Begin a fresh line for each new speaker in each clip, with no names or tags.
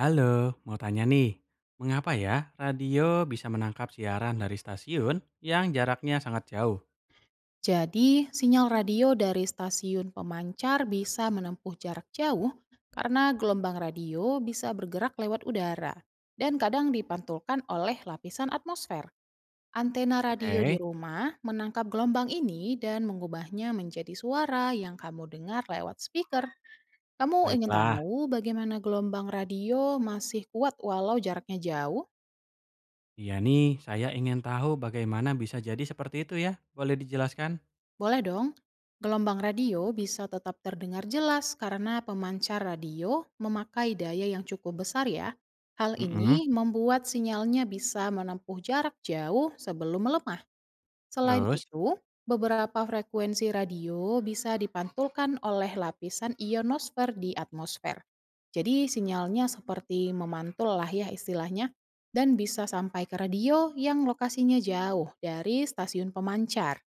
Halo, mau tanya nih, mengapa ya radio bisa menangkap siaran dari stasiun yang jaraknya sangat jauh?
Jadi, sinyal radio dari stasiun pemancar bisa menempuh jarak jauh karena gelombang radio bisa bergerak lewat udara dan kadang dipantulkan oleh lapisan atmosfer. Antena radio di
Oke,
rumah menangkap gelombang ini dan mengubahnya menjadi suara yang kamu dengar lewat speaker. Kamu ingin
baiklah.
tahu bagaimana gelombang radio masih kuat walau jaraknya jauh?
Iya nih, saya ingin tahu bagaimana bisa jadi seperti itu ya. Boleh dijelaskan?
Boleh dong, gelombang radio bisa tetap terdengar jelas karena pemancar radio memakai daya yang cukup besar ya. Hal
Mm-mm.
ini membuat sinyalnya bisa menempuh jarak jauh sebelum melemah. Selain
Terus,
itu, beberapa frekuensi radio bisa dipantulkan oleh lapisan ionosfer di atmosfer. Jadi sinyalnya seperti memantul lah ya istilahnya dan bisa sampai ke radio yang lokasinya jauh dari stasiun pemancar.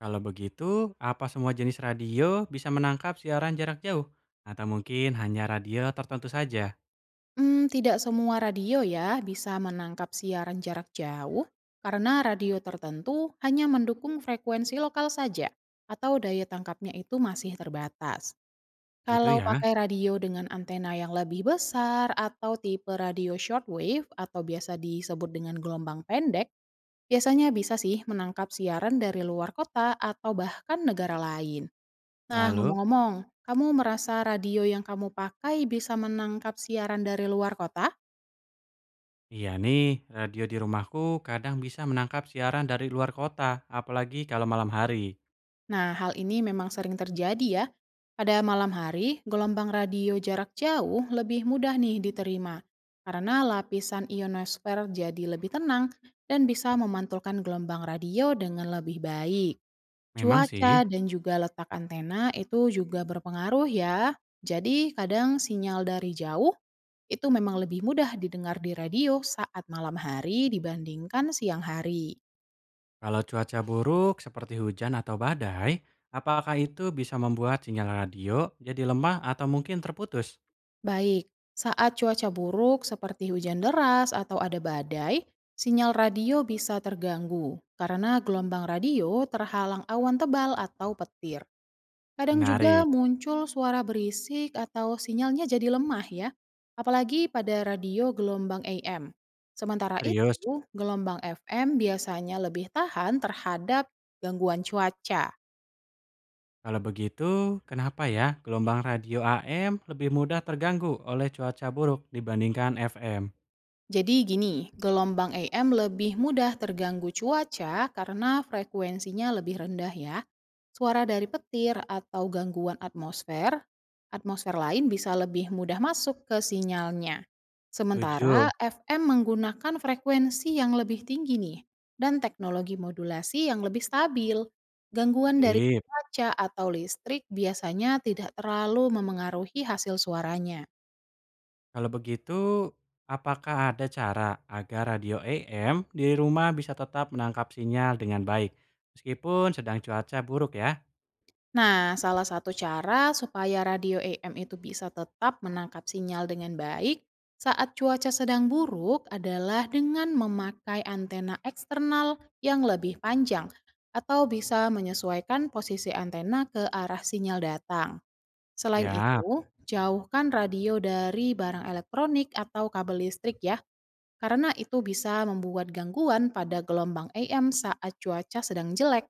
kalau begitu, apa semua jenis radio bisa menangkap siaran jarak jauh? Atau mungkin hanya radio tertentu saja?
Tidak semua radio ya bisa menangkap siaran jarak jauh, karena radio tertentu hanya mendukung frekuensi lokal saja atau daya tangkapnya itu masih terbatas.
Gitu
Kalau
ya.
pakai radio dengan antena yang lebih besar atau tipe radio shortwave atau biasa disebut dengan gelombang pendek, biasanya bisa sih menangkap siaran dari luar kota atau bahkan negara lain. Nah,
Lalu,
ngomong-ngomong, kamu merasa radio yang kamu pakai bisa menangkap siaran dari luar kota?
iya nih, radio di rumahku kadang bisa menangkap siaran dari luar kota, apalagi kalau malam hari.
Nah, hal ini memang sering terjadi ya. Pada malam hari, gelombang radio jarak jauh lebih mudah nih diterima karena lapisan ionosfer jadi lebih tenang dan bisa memantulkan gelombang radio dengan lebih baik.
Memang sih,
Cuaca dan juga letak antena itu juga berpengaruh ya. Jadi, kadang sinyal dari jauh itu memang lebih mudah didengar di radio saat malam hari dibandingkan siang hari.
kalau cuaca buruk seperti hujan atau badai, apakah itu bisa membuat sinyal radio jadi lemah atau mungkin terputus?
Baik, saat cuaca buruk seperti hujan deras atau ada badai, sinyal radio bisa terganggu karena gelombang radio terhalang awan tebal atau petir. Kadang
Menarik.
juga muncul suara berisik atau sinyalnya jadi lemah ya, apalagi pada radio gelombang AM. Sementara
Serius,
itu, gelombang FM biasanya lebih tahan terhadap gangguan cuaca.
kalau begitu, kenapa ya gelombang radio AM lebih mudah terganggu oleh cuaca buruk dibandingkan FM?
Jadi gini, gelombang AM lebih mudah terganggu cuaca karena frekuensinya lebih rendah ya. Suara dari petir atau gangguan atmosfer lain bisa lebih mudah masuk ke sinyalnya.
7.
Sementara FM menggunakan frekuensi yang lebih tinggi nih dan teknologi modulasi yang lebih stabil. Gangguan dari
Sip.
cuaca atau listrik biasanya tidak terlalu memengaruhi hasil suaranya.
Kalau begitu, apakah ada cara agar radio AM di rumah bisa tetap menangkap sinyal dengan baik meskipun sedang cuaca buruk ya?
Nah, salah satu cara supaya radio AM itu bisa tetap menangkap sinyal dengan baik saat cuaca sedang buruk adalah dengan memakai antena eksternal yang lebih panjang atau bisa menyesuaikan posisi antena ke arah sinyal datang. Selain
Ya.
itu, jauhkan radio dari barang elektronik atau kabel listrik ya, karena itu bisa membuat gangguan pada gelombang AM saat cuaca sedang jelek.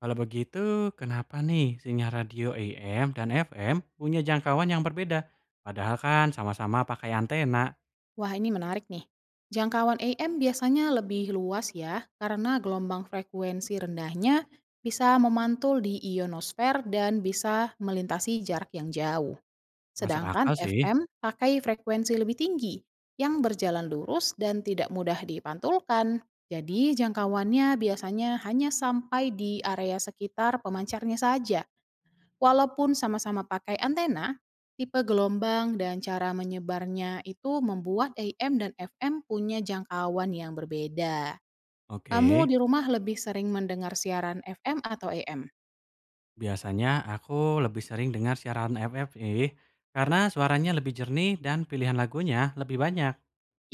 Kalau begitu, kenapa nih sinyal radio AM dan FM punya jangkauan yang berbeda? Padahal kan sama-sama pakai antena.
Wah, ini menarik nih. Jangkauan AM biasanya lebih luas ya, karena gelombang frekuensi rendahnya bisa memantul di ionosfer dan bisa melintasi jarak yang jauh.
Masuk
Sedangkan
akal sih.
FM pakai frekuensi lebih tinggi, yang berjalan lurus dan tidak mudah dipantulkan. Jadi jangkauannya biasanya hanya sampai di area sekitar pemancarnya saja. Walaupun sama-sama pakai antena, tipe gelombang dan cara menyebarnya itu membuat AM dan FM punya jangkauan yang berbeda. Kamu
Oke,
di rumah lebih sering mendengar siaran FM atau AM?
biasanya aku lebih sering dengar siaran FM sih, karena suaranya lebih jernih dan pilihan lagunya lebih banyak.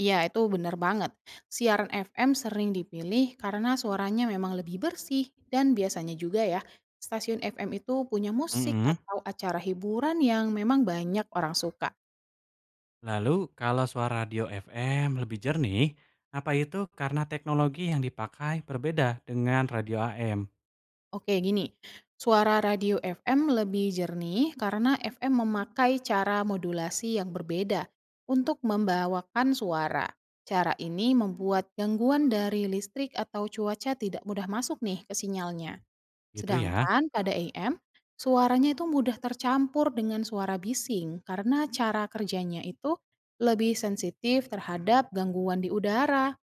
Iya, itu benar banget. Siaran FM sering dipilih karena suaranya memang lebih bersih dan biasanya juga ya, stasiun FM itu punya musik
Mm-mm.
atau acara hiburan yang memang banyak orang suka.
Lalu kalau suara radio FM lebih jernih, apa itu karena teknologi yang dipakai berbeda dengan radio AM?
Oke, gini. Suara radio FM lebih jernih karena FM memakai cara modulasi yang berbeda untuk membawakan suara. Cara ini membuat gangguan dari listrik atau cuaca tidak mudah masuk nih ke sinyalnya.
Gitu ya.
Sedangkan pada AM, suaranya itu mudah tercampur dengan suara bising karena cara kerjanya itu lebih sensitif terhadap gangguan di udara.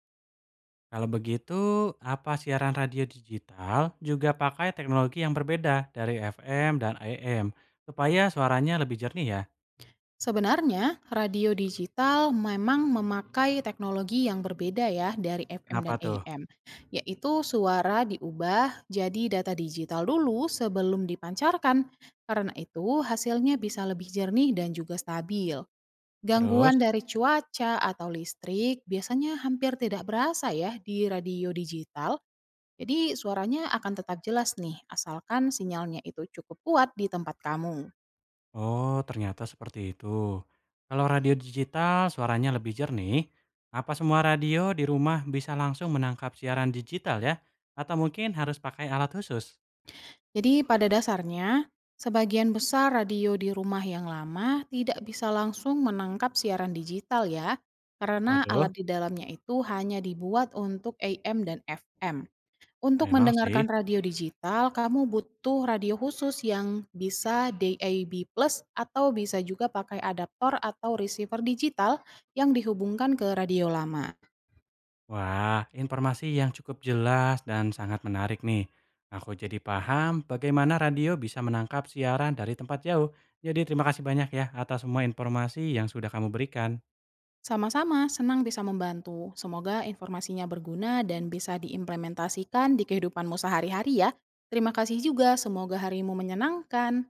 Kalau begitu, apa siaran radio digital juga pakai teknologi yang berbeda dari FM dan AM supaya suaranya lebih jernih ya?
Sebenarnya, radio digital memang memakai teknologi yang berbeda ya dari FM
Kenapa
dan
tuh?
AM, yaitu suara diubah jadi data digital dulu sebelum dipancarkan. Karena itu, hasilnya bisa lebih jernih dan juga stabil.
Terus?
Gangguan dari cuaca atau listrik biasanya hampir tidak berasa ya di radio digital. Jadi suaranya akan tetap jelas nih, asalkan sinyalnya itu cukup kuat di tempat kamu.
Oh, ternyata seperti itu. Kalau radio digital suaranya lebih jernih, apa semua radio di rumah bisa langsung menangkap siaran digital ya? Atau mungkin harus pakai alat khusus?
Jadi pada dasarnya, sebagian besar radio di rumah yang lama tidak bisa langsung menangkap siaran digital ya, karena
Waduh,
alat di dalamnya itu hanya dibuat untuk AM dan FM. Untuk
memang sih.
mendengarkan radio digital, kamu butuh radio khusus yang bisa DAB+ atau bisa juga pakai adaptor atau receiver digital yang dihubungkan ke radio lama.
Wah, informasi yang cukup jelas dan sangat menarik nih. Aku jadi paham bagaimana radio bisa menangkap siaran dari tempat jauh. Jadi terima kasih banyak ya atas semua informasi yang sudah kamu berikan.
Sama-sama, senang bisa membantu. Semoga informasinya berguna dan bisa diimplementasikan di kehidupanmu sehari-hari ya. Terima kasih juga, semoga harimu menyenangkan.